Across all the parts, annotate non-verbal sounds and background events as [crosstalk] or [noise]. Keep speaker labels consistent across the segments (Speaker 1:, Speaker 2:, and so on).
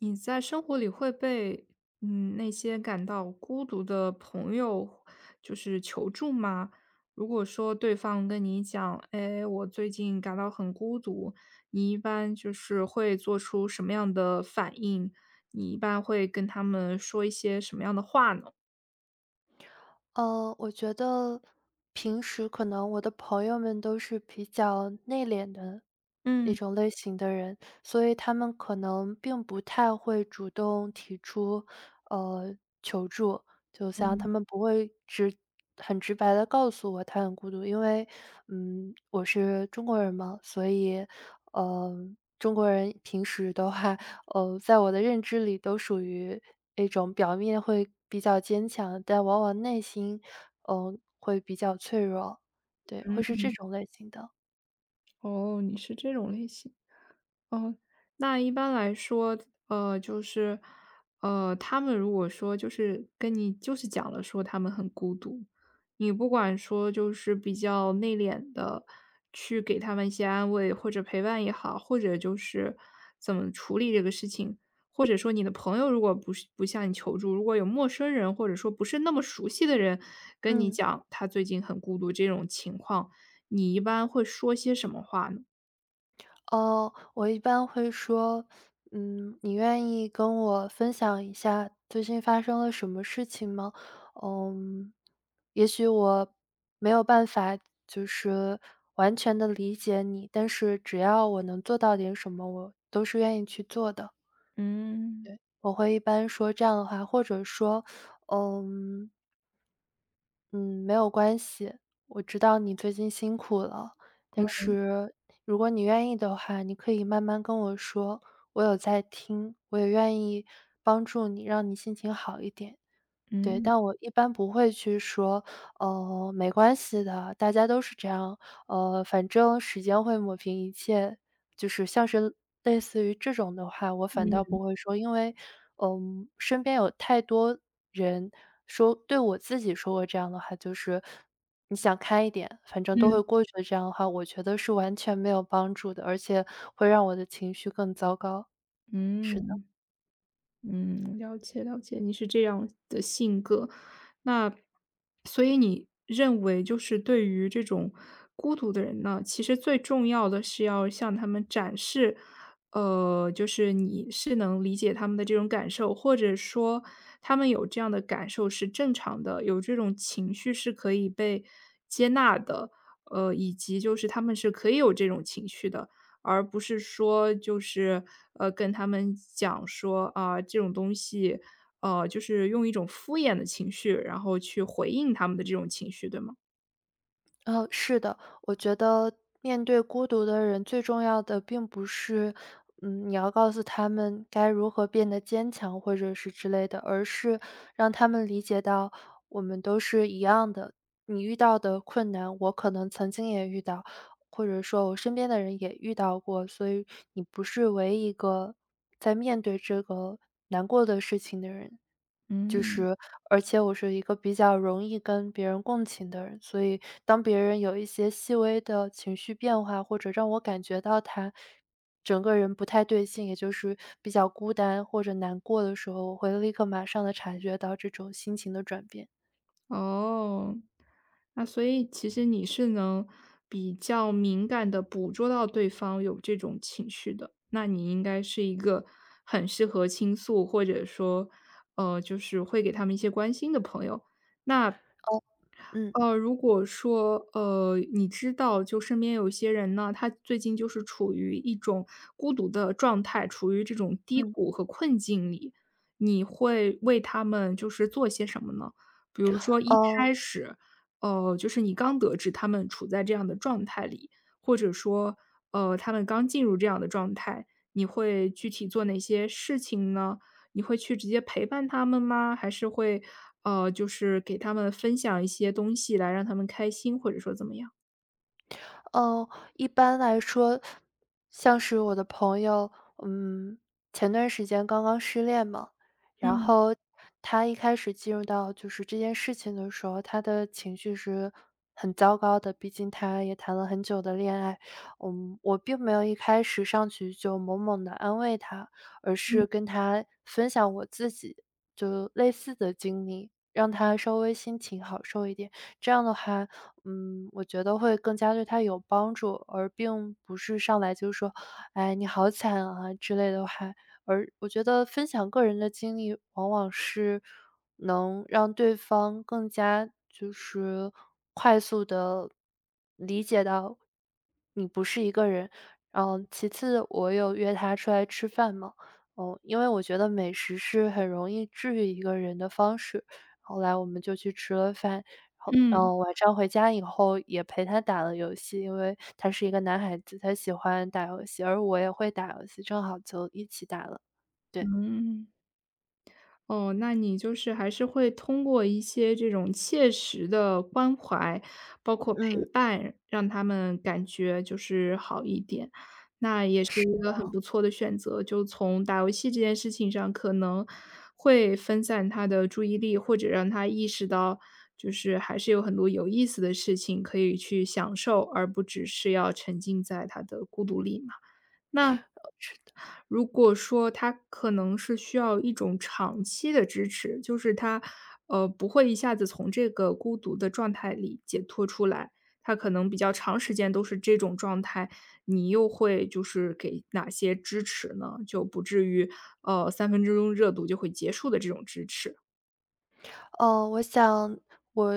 Speaker 1: 你在生活里会被那些感到孤独的朋友就是求助吗？如果说对方跟你讲，哎，我最近感到很孤独，你一般就是会做出什么样的反应？你一般会跟他们说一些什么样的话呢？
Speaker 2: 我觉得平时可能我的朋友们都是比较内敛的一
Speaker 1: 嗯
Speaker 2: 种类型的人，所以他们可能并不太会主动提出，呃，求助。就像
Speaker 1: 嗯。
Speaker 2: 他们不会很直白的告诉我他很孤独，因为，我是中国人嘛，所以，呃，中国人平时的话在我的认知里都属于一种表面会比较坚强，但往往内心，会比较脆弱。对，会是
Speaker 1: 嗯，
Speaker 2: 这种类型的。
Speaker 1: 哦，你是这种类型。哦，那一般来说，就是，他们如果说就是跟你就是讲了说他们很孤独，你不管说就是比较内敛的去给他们一些安慰或者陪伴也好，或者就是怎么处理这个事情，或者说你的朋友如果不是不向你求助，如果有陌生人或者说不是那么熟悉的人跟你
Speaker 2: 嗯，
Speaker 1: 讲他最近很孤独这种情况，你一般会说些什么话呢？
Speaker 2: 哦，我一般会说，你愿意跟我分享一下最近发生了什么事情吗？嗯，也许我没有办法就是完全的理解你，但是只要我能做到点什么，我都是愿意去做的。
Speaker 1: 嗯
Speaker 2: 我会一般说这样的话，或者说，嗯嗯，没有关系，我知道你最近辛苦了，但是如果你愿意的话，你可以慢慢跟我说，我有在听，我也愿意帮助你，让你心情好一点。对，
Speaker 1: 嗯。
Speaker 2: 但我一般不会去说，没关系的，大家都是这样，反正时间会抹平一切，就是像是类似于这种的话，我反倒不
Speaker 1: 嗯
Speaker 2: 会说，因为，身边有太多人说对我自己说过这样的话，就是你想开一点，反正都
Speaker 1: 嗯
Speaker 2: 会过去的这样的话，我觉得是完全没有帮助的，而且会让我的情绪更糟糕。是的。
Speaker 1: 嗯嗯，了解了解，你是这样的性格。那所以你认为就是对于这种孤独的人呢，其实最重要的是要向他们展示，就是你是能理解他们的这种感受，或者说他们有这样的感受是正常的，有这种情绪是可以被接纳的，以及就是他们是可以有这种情绪的。而不是说就是，跟他们讲说，啊，这种东西就是用一种敷衍的情绪，然后去回应他们的这种情绪，对吗？
Speaker 2: 是的，我觉得面对孤独的人，最重要的并不是，你要告诉他们该如何变得坚强，或者是之类的，而是让他们理解到我们都是一样的。你遇到的困难，我可能曾经也遇到，或者说我身边的人也遇到过，所以你不是唯一一个在面对这个难过的事情的人。就
Speaker 1: 嗯。
Speaker 2: 是而且我是一个比较容易跟别人共情的人，所以当别人有一些细微的情绪变化，或者让我感觉到他整个人不太对劲，也就是比较孤单或者难过的时候，我会立刻马上的察觉到这种心情的转变。
Speaker 1: 哦，那所以其实你是能比较敏感的捕捉到对方有这种情绪的，那你应该是一个很适合倾诉，或者说，就是会给他们一些关心的朋友。那
Speaker 2: 哦。嗯，
Speaker 1: 如果说，你知道就身边有些人呢，他最近就是处于一种孤独的状态，处于这种低
Speaker 2: 嗯。
Speaker 1: 谷和困境里，你会为他们就是做些什么呢？比如说一
Speaker 2: 哦。
Speaker 1: 开始，就是你刚得知他们处在这样的状态里，或者说，他们刚进入这样的状态，你会具体做哪些事情呢？你会去直接陪伴他们吗？还是会，就是给他们分享一些东西来让他们开心，或者说怎么样？
Speaker 2: 嗯，一般来说，像是我的朋友，嗯，前段时间刚刚失恋嘛，然
Speaker 1: 嗯
Speaker 2: 后他一开始进入到就是这件事情的时候，他的情绪是很糟糕的，毕竟他也谈了很久的恋爱。我并没有一开始上去就猛猛的安慰他，而
Speaker 1: 嗯
Speaker 2: 是跟他分享我自己就类似的经历，让他稍微心情好受一点。这样的话，我觉得会更加对他有帮助，而并不是上来就说“哎，你好惨啊”之类的话。而我觉得分享个人的经历，往往是能让对方更加就是快速的理解到你不是一个人。其次我有约他出来吃饭嘛，因为我觉得美食是很容易治愈一个人的方式，后来我们就去吃了饭。然
Speaker 1: 嗯。
Speaker 2: 后晚上回家以后也陪他打了游戏，因为他是一个男孩子，他喜欢打游戏，而我也会打游戏，正好就一起打了。对，
Speaker 1: 嗯。哦，那你就是还是会通过一些这种切实的关怀，包括陪
Speaker 2: 嗯，
Speaker 1: 伴，让他们感觉就是好一点。那也是
Speaker 2: 是
Speaker 1: 一个
Speaker 2: 的。
Speaker 1: 很不错的选择，就从打游戏这件事情上，可能会分散他的注意力，或者让他意识到，就是还是有很多有意思的事情可以去享受，而不只是要沉浸在他的孤独里嘛。那如果说他可能是需要一种长期的支持，就是他，不会一下子从这个孤独的状态里解脱出来，他可能比较长时间都是这种状态，你又会就是给哪些支持呢？就不至于，三分钟热度就会结束的这种支持。
Speaker 2: 哦，我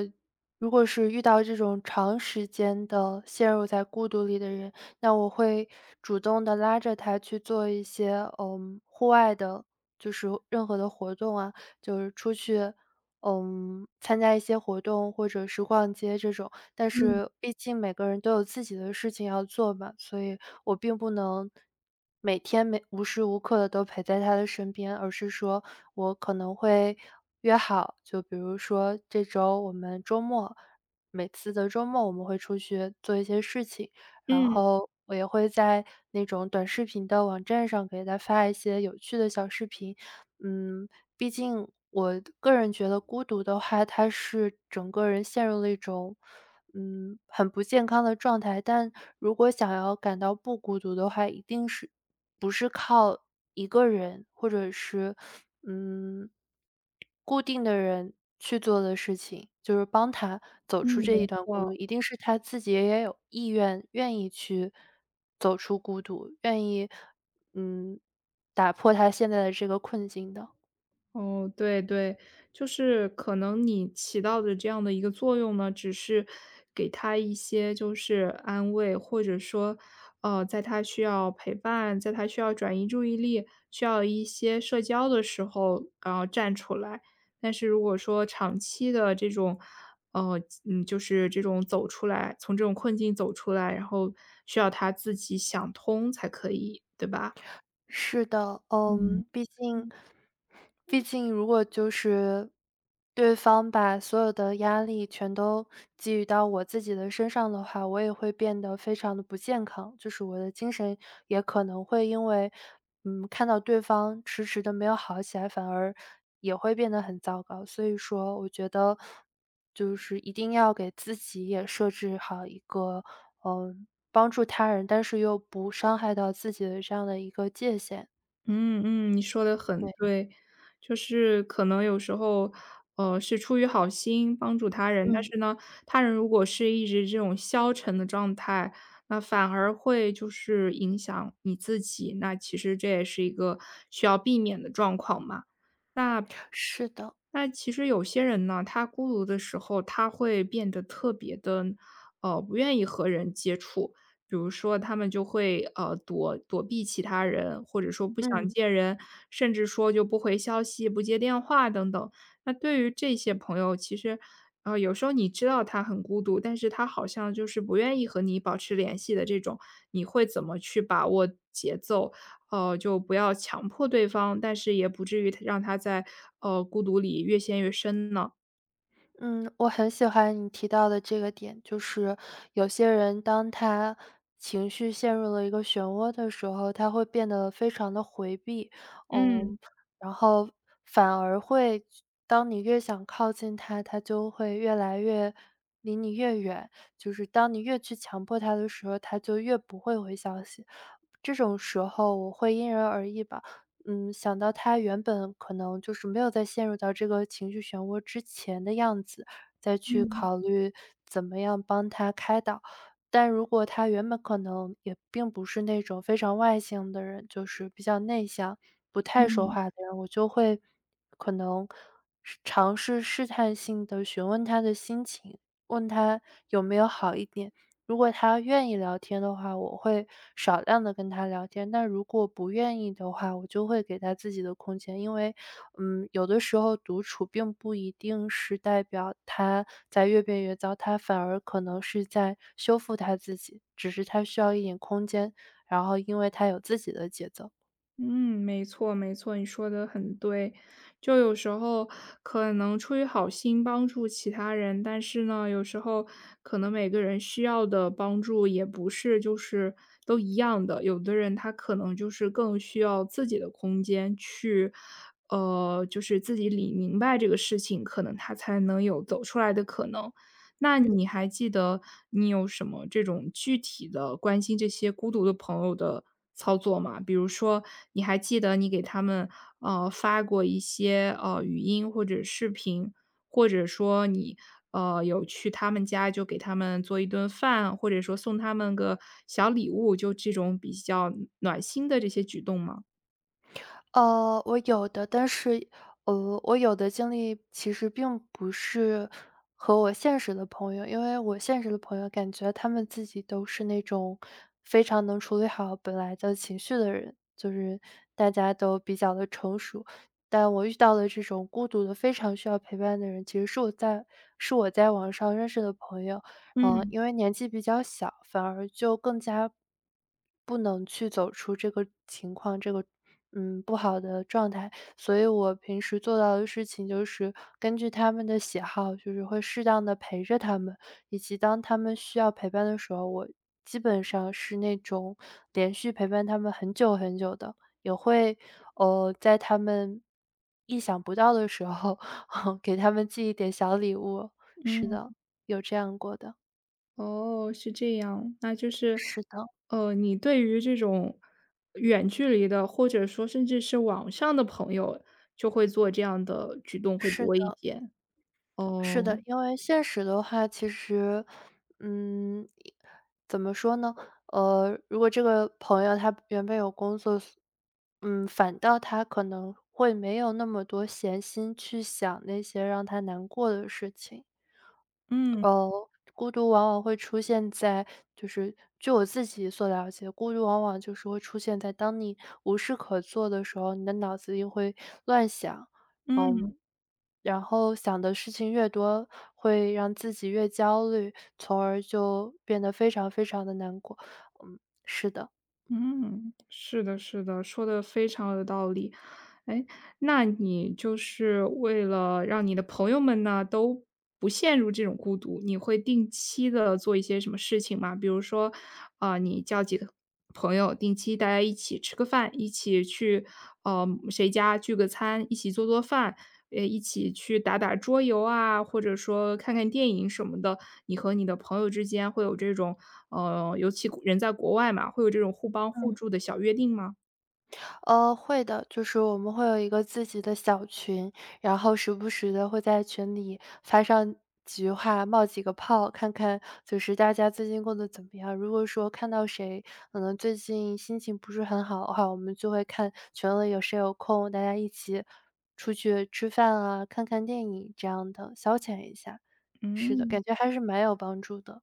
Speaker 2: 如果是遇到这种长时间的陷入在孤独里的人，那我会主动的拉着他去做一些，户外的就是任何的活动啊，就是出去，参加一些活动或者是逛街这种。但
Speaker 1: 嗯，
Speaker 2: 是毕竟每个人都有自己的事情要做嘛，所以我并不能每天每无时无刻的都陪在他的身边，而是说我可能会约好，就比如说这周我们周末每次的周末我们会出去做一些事情，然
Speaker 1: 嗯，
Speaker 2: 后我也会在那种短视频的网站上给他发一些有趣的小视频。嗯，毕竟我个人觉得孤独的话，它是整个人陷入了一种很不健康的状态。但如果想要感到不孤独的话，一定是不是靠一个人或者是，嗯，固定的人去做的事情，就是帮他走出
Speaker 1: 嗯，
Speaker 2: 这
Speaker 1: 没
Speaker 2: 一段孤独，
Speaker 1: 错。
Speaker 2: 一定是他自己也有意愿，愿意去走出孤独，愿意，嗯，打破他现在的这个困境的。
Speaker 1: 哦，对对，就是可能你起到的这样的一个作用呢，只是给他一些就是安慰，或者说，在他需要陪伴，在他需要转移注意力、需要一些社交的时候，然后站出来。但是如果说长期的这种，就是这种走出来，从这种困境走出来，然后需要他自己想通才可以，对吧？
Speaker 2: 是的，
Speaker 1: 嗯。
Speaker 2: 毕竟如果就是对方把所有的压力全都给予到我自己的身上的话，我也会变得非常的不健康，就是我的精神也可能会因为，看到对方迟迟的没有好起来，反而也会变得很糟糕。所以说我觉得就是一定要给自己也设置好一个，帮助他人，但是又不伤害到自己的这样的一个界限，
Speaker 1: 嗯嗯，你说的很
Speaker 2: 对，
Speaker 1: 对，就是可能有时候，是出于好心帮助他人，但
Speaker 2: 嗯，
Speaker 1: 是呢，他人如果是一直这种消沉的状态，那反而会就是影响你自己，那其实这也是一个需要避免的状况嘛。那
Speaker 2: 是的，
Speaker 1: 其实有些人呢，他孤独的时候，他会变得特别的，不愿意和人接触。比如说他们就会，躲避其他人，或者说不想
Speaker 2: 嗯。
Speaker 1: 见人，甚至说就不回消息、不接电话等等。那对于这些朋友，其实，有时候你知道他很孤独，但是他好像就是不愿意和你保持联系的这种，你会怎么去把握节奏？就不要强迫对方，但是也不至于让他在，孤独里越陷越深呢？
Speaker 2: 嗯，我很喜欢你提到的这个点，就是有些人当他情绪陷入了一个漩涡的时候，他会变得非常的回避，
Speaker 1: 嗯，
Speaker 2: 嗯，然后反而会当你越想靠近他，他就会越来越离你越远，就是当你越去强迫他的时候，他就越不会回消息。这种时候我会因人而异吧，想到他原本可能就是没有在陷入到这个情绪漩涡之前的样子，再去
Speaker 1: 嗯，
Speaker 2: 考虑怎么样帮他开导。但如果他原本可能也并不是那种非常外向的人，就是比较内向、不太说
Speaker 1: 嗯。
Speaker 2: 话的人，我就会可能是尝试试探性的询问他的心情，问他有没有好一点。如果他愿意聊天的话，我会少量的跟他聊天，但如果不愿意的话，我就会给他自己的空间。因为，有的时候独处并不一定是代表他在越变越糟，他反而可能是在修复他自己，只是他需要一点空间，然后因为他有自己的节奏。
Speaker 1: 嗯，没错没错，你说的很对。就有时候可能出于好心帮助其他人，但是呢，有时候可能每个人需要的帮助也不是就是都一样的。有的人他可能就是更需要自己的空间去，就是自己理明白这个事情，可能他才能有走出来的可能。那你还记得你有什么这种具体的关心这些孤独的朋友的操作吗？比如说，你还记得你给他们发过一些语音或者视频，或者说你有去他们家就给他们做一顿饭，或者说送他们个小礼物，就这种比较暖心的这些举动吗？
Speaker 2: 我有的，但是，我有的经历其实并不是和我现实的朋友，因为我现实的朋友感觉他们自己都是那种非常能处理好本来的情绪的人，就是大家都比较的成熟。但我遇到的这种孤独的、非常需要陪伴的人，其实是我在网上认识的朋友。然后
Speaker 1: 嗯
Speaker 2: 因为年纪比较小，反而就更加不能去走出这个情况，这个不好的状态。所以我平时做到的事情就是根据他们的喜好，就是会适当的陪着他们，以及当他们需要陪伴的时候，我基本上是那种连续陪伴他们很久很久的，也会在他们意想不到的时候，[laughs] 给他们寄一点小礼物。是
Speaker 1: 嗯，
Speaker 2: 的，有这样过的。
Speaker 1: 哦，是这样。那就是，
Speaker 2: 是的，
Speaker 1: 你对于这种远距离的，或者说甚至是网上的朋友，就会做这样的举动会
Speaker 2: 是
Speaker 1: 多一
Speaker 2: 的，
Speaker 1: 点。
Speaker 2: 是
Speaker 1: 哦，
Speaker 2: 的。因为现实的话，其实，嗯，怎么说呢？如果这个朋友他原本有工作，反倒他可能会没有那么多闲心去想那些让他难过的事情。
Speaker 1: 嗯
Speaker 2: 哦，孤独往往会出现在就是据我自己所了解，孤独往往就是会出现在当你无事可做的时候，你的脑子里会乱想，
Speaker 1: 嗯
Speaker 2: 嗯，然后想的事情越多，会让自己越焦虑，从而就变得非常非常的难过。是的。
Speaker 1: 嗯，是的，是的，说的非常有道理。哎，那你就是为了让你的朋友们呢，都不陷入这种孤独，你会定期的做一些什么事情吗？比如说，啊，你叫几个朋友，定期大家一起吃个饭，一起去，谁家聚个餐，一起做做饭，一起去打打桌游啊，或者说看看电影什么的。你和你的朋友之间会有这种，尤其人在国外嘛，会有这种互帮互
Speaker 2: 嗯。
Speaker 1: 助的小约定吗？
Speaker 2: 会的，就是我们会有一个自己的小群，然后时不时的会在群里发上几句话，冒几个泡，看看就是大家最近过得怎么样。如果说看到谁可能最近心情不是很好的话，我们就会看群里有谁有空，大家一起出去吃饭啊，看看电影这样的，消遣一下。是的，
Speaker 1: 嗯。
Speaker 2: 感觉还是蛮有帮助的。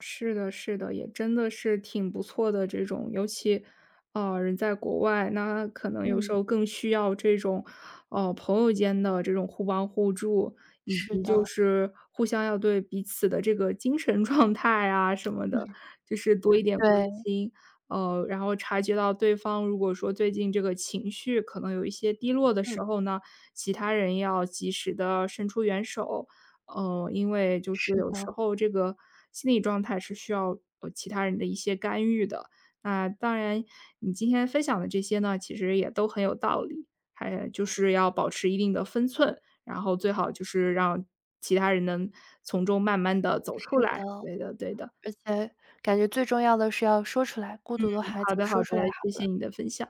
Speaker 1: 是的，是的，也真的是挺不错的这种，尤其，人在国外，那可能嗯有时
Speaker 2: 嗯，
Speaker 1: 候更需要这种，朋友间的这种互帮互助，以
Speaker 2: 是
Speaker 1: 及就
Speaker 2: 的，
Speaker 1: 是互相要对彼此的这个精神 [laughs] 状态啊什么的，
Speaker 2: [laughs]
Speaker 1: 就是多一点关
Speaker 2: 对，
Speaker 1: 心。然后察觉到对方如果说最近这个情绪可能有一些低落的
Speaker 2: 嗯，
Speaker 1: 时候呢，其他人要及时的伸出援手。因为就是
Speaker 2: 是
Speaker 1: 有时
Speaker 2: 的，
Speaker 1: 候这个心理状态是需要其他人的一些干预的。那当然，你今天分享的这些呢，其实也都很有道理，还就是要保持一定的分寸，然后最好就是让其他人能从中慢慢的走
Speaker 2: 是
Speaker 1: 出来。
Speaker 2: 的。
Speaker 1: 对的，对的。
Speaker 2: 而且感觉最重要的是要说出来，孤独的话
Speaker 1: 好
Speaker 2: 就
Speaker 1: 的，好
Speaker 2: 说
Speaker 1: 的，
Speaker 2: 出来好
Speaker 1: 谢谢
Speaker 2: 了。
Speaker 1: 你的分享。